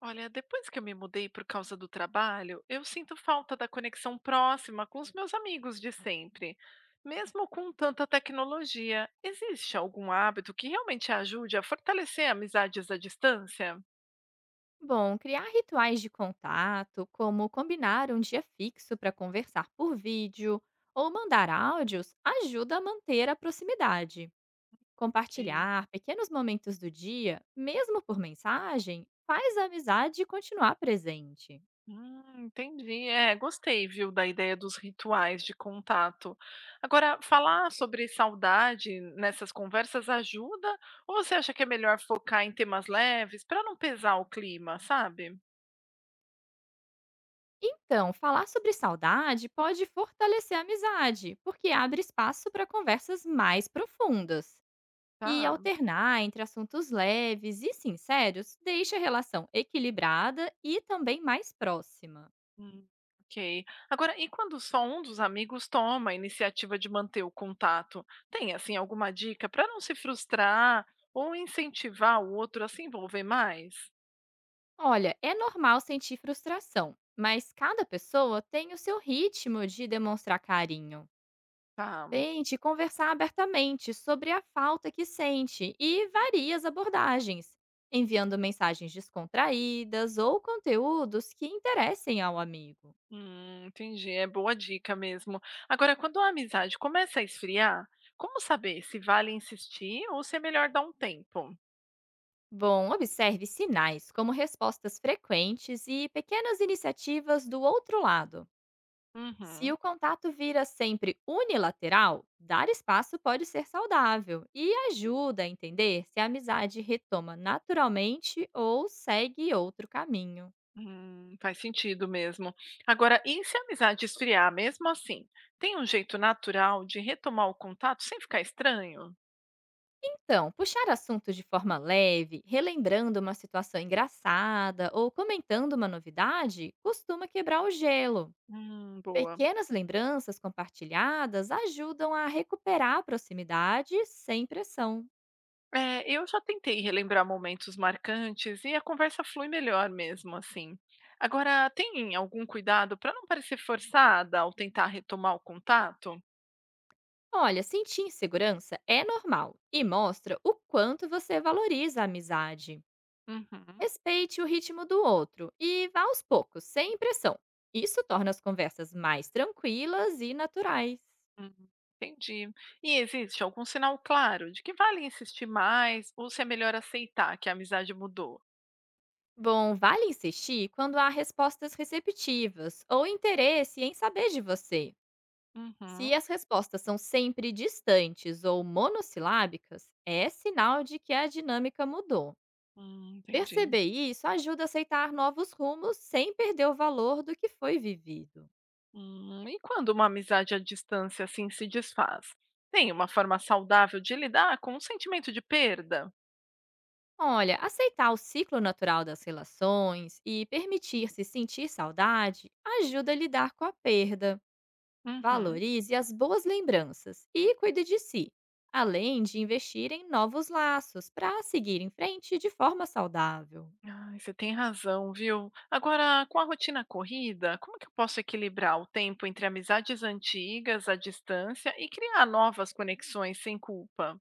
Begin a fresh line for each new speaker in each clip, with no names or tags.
Olha, depois que eu me mudei por causa do trabalho, eu sinto falta da conexão próxima com os meus amigos de sempre. Mesmo com tanta tecnologia, existe algum hábito que realmente ajude a fortalecer amizades à distância?
Bom, criar rituais de contato, como combinar um dia fixo para conversar por vídeo ou mandar áudios, ajuda a manter a proximidade.
Ok.
Compartilhar pequenos momentos do dia, mesmo por mensagem, faz a amizade continuar presente.
Entendi. É, gostei, viu, da ideia dos rituais de contato. Agora, falar sobre saudade nessas conversas ajuda? Ou você acha que é melhor focar em temas leves para não pesar o clima, sabe?
Então, falar sobre saudade pode fortalecer a amizade, porque abre espaço para conversas mais profundas. E
Tá.
alternar entre assuntos leves e sinceros deixa a relação equilibrada e também mais próxima.
Hum, ok. Agora, e quando só um dos amigos toma a iniciativa de manter o contato? Tem, assim, alguma dica para não se frustrar ou incentivar o outro a se envolver mais?
Olha, é normal sentir frustração, mas cada pessoa tem o seu ritmo de demonstrar carinho.
Tá.
Tente conversar abertamente sobre a falta que sente e varie as abordagens, enviando mensagens descontraídas ou conteúdos que interessem ao amigo.
Entendi. É boa dica mesmo. Agora, quando a amizade começa a esfriar, como saber se vale insistir ou se é melhor dar um tempo?
Bom, observe sinais como respostas frequentes e pequenas iniciativas do outro lado. Se
Uhum.
o contato vira sempre unilateral, dar espaço pode ser saudável e ajuda a entender se a amizade retoma naturalmente ou segue outro caminho.
Faz sentido mesmo. Agora, e se a amizade esfriar mesmo assim? Tem um jeito natural de retomar o contato sem ficar estranho?
Então, puxar assuntos de forma leve, relembrando uma situação engraçada ou comentando uma novidade, costuma quebrar o gelo.
Boa.
Pequenas lembranças compartilhadas ajudam a recuperar a proximidade sem pressão.
É, eu já tentei relembrar momentos marcantes e a conversa flui melhor mesmo assim. Agora, tem algum cuidado para não parecer forçada ao tentar retomar o contato?
Olha, sentir insegurança é normal e mostra o quanto você valoriza a amizade.
Uhum.
Respeite o ritmo do outro e vá aos poucos, sem pressão. Isso torna as conversas mais tranquilas e naturais.
hum, Entendi. E existe algum sinal claro de que vale insistir mais ou se é melhor aceitar que a amizade mudou?
Bom, vale insistir quando há respostas receptivas ou interesse em saber de você.
Uhum.
Se as respostas são sempre distantes ou monossilábicas, é sinal de que a dinâmica mudou.
Entendi.
Perceber isso ajuda a aceitar novos rumos sem perder o valor do que foi vivido.
E quando uma amizade à distância assim se desfaz, tem uma forma saudável de lidar com o sentimento de perda?
Olha, aceitar o ciclo natural das relações e permitir-se sentir saudade ajuda a lidar com a perda.
Uhum.
Valorize as boas lembranças e cuide de si, além de investir em novos laços para seguir em frente de forma saudável.
Ai, você tem razão, viu? Agora, com a rotina corrida, como que eu posso equilibrar o tempo entre amizades antigas, à distância e criar novas conexões sem culpa?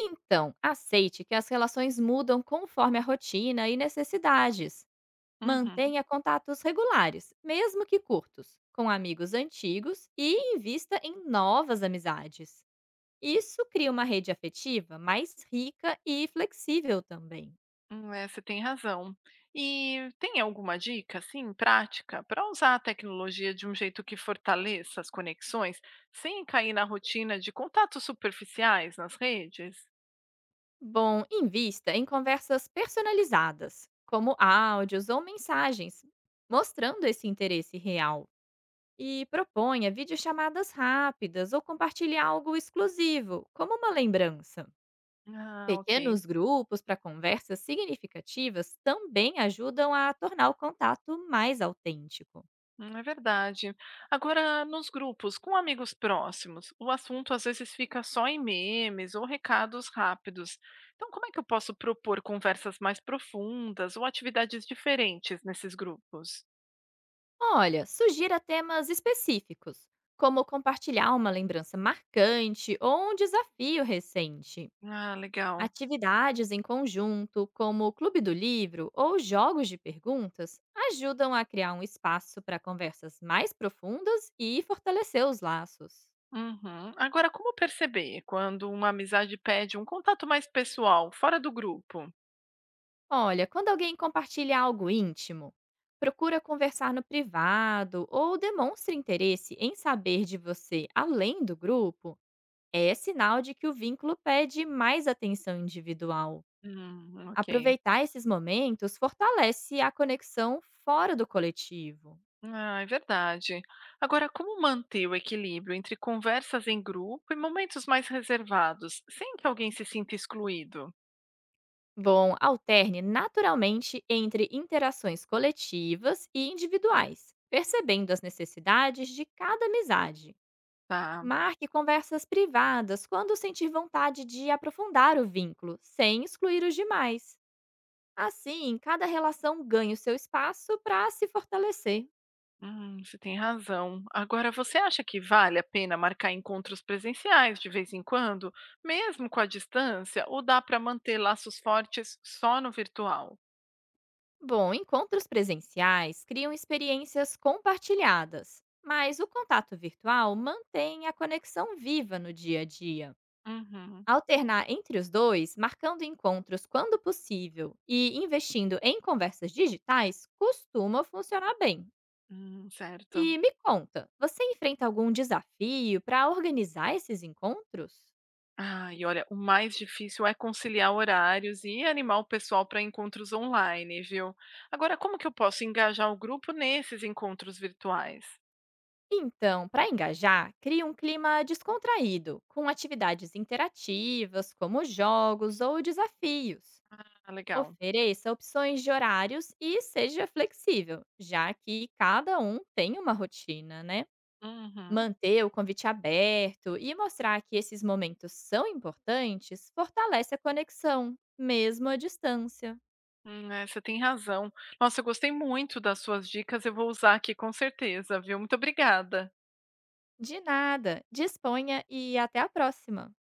Então, aceite que as relações mudam conforme a rotina e necessidades.
Uhum.
Mantenha contatos regulares, mesmo que curtos, com amigos antigos e invista em novas amizades. Isso cria uma rede afetiva mais rica e flexível também.
É, você tem razão. E tem alguma dica, assim, prática, para usar a tecnologia de um jeito que fortaleça as conexões, sem cair na rotina de contatos superficiais nas redes?
Bom, invista em conversas personalizadas, como áudios ou mensagens, mostrando esse interesse real. E proponha videochamadas rápidas ou compartilhe algo exclusivo, como uma lembrança.
Ah, ok.
Pequenos grupos para conversas significativas também ajudam a tornar o contato mais autêntico.
É verdade. Agora, nos grupos, com amigos próximos, o assunto às vezes fica só em memes ou recados rápidos. Então, como é que eu posso propor conversas mais profundas ou atividades diferentes nesses grupos?
Olha, sugira temas específicos, como compartilhar uma lembrança marcante ou um desafio recente.
Ah, legal.
Atividades em conjunto, como o Clube do Livro ou jogos de perguntas, ajudam a criar um espaço para conversas mais profundas e fortalecer os laços.
Uhum. Agora, como perceber quando uma amizade pede um contato mais pessoal, fora do grupo?
Olha, quando alguém compartilha algo íntimo, procura conversar no privado ou demonstra interesse em saber de você além do grupo, é sinal de que o vínculo pede mais atenção individual.
Ok.
Aproveitar esses momentos fortalece a conexão fora do coletivo.
Ah, é verdade. Agora, como manter o equilíbrio entre conversas em grupo e momentos mais reservados, sem que alguém se sinta excluído?
Bom, alterne naturalmente entre interações coletivas e individuais, percebendo as necessidades de cada amizade.
Tá.
Marque conversas privadas quando sentir vontade de aprofundar o vínculo, sem excluir os demais. Assim, cada relação ganha o seu espaço para se fortalecer.
Você tem razão. Agora, você acha que vale a pena marcar encontros presenciais de vez em quando, mesmo com a distância, ou dá para manter laços fortes só no virtual?
Bom, encontros presenciais criam experiências compartilhadas, mas o contato virtual mantém a conexão viva no dia a dia.
Uhum.
Alternar entre os dois, marcando encontros quando possível e investindo em conversas digitais, costuma funcionar bem.
Certo.
E me conta, você enfrenta algum desafio para organizar esses encontros?
Ah, e olha, o mais difícil é conciliar horários e animar o pessoal para encontros online, viu? Agora, como que eu posso engajar o grupo nesses encontros virtuais?
Então, para engajar, crie um clima descontraído, com atividades interativas, como jogos ou desafios.
Ah, legal.
Ofereça opções de horários e seja flexível, já que cada um tem uma rotina, né?
Uhum.
Manter o convite aberto e mostrar que esses momentos são importantes fortalece a conexão, mesmo à distância.
É, você tem razão. Nossa, eu gostei muito das suas dicas. Eu vou usar aqui com certeza, viu? Muito obrigada.
De nada, disponha e até a próxima!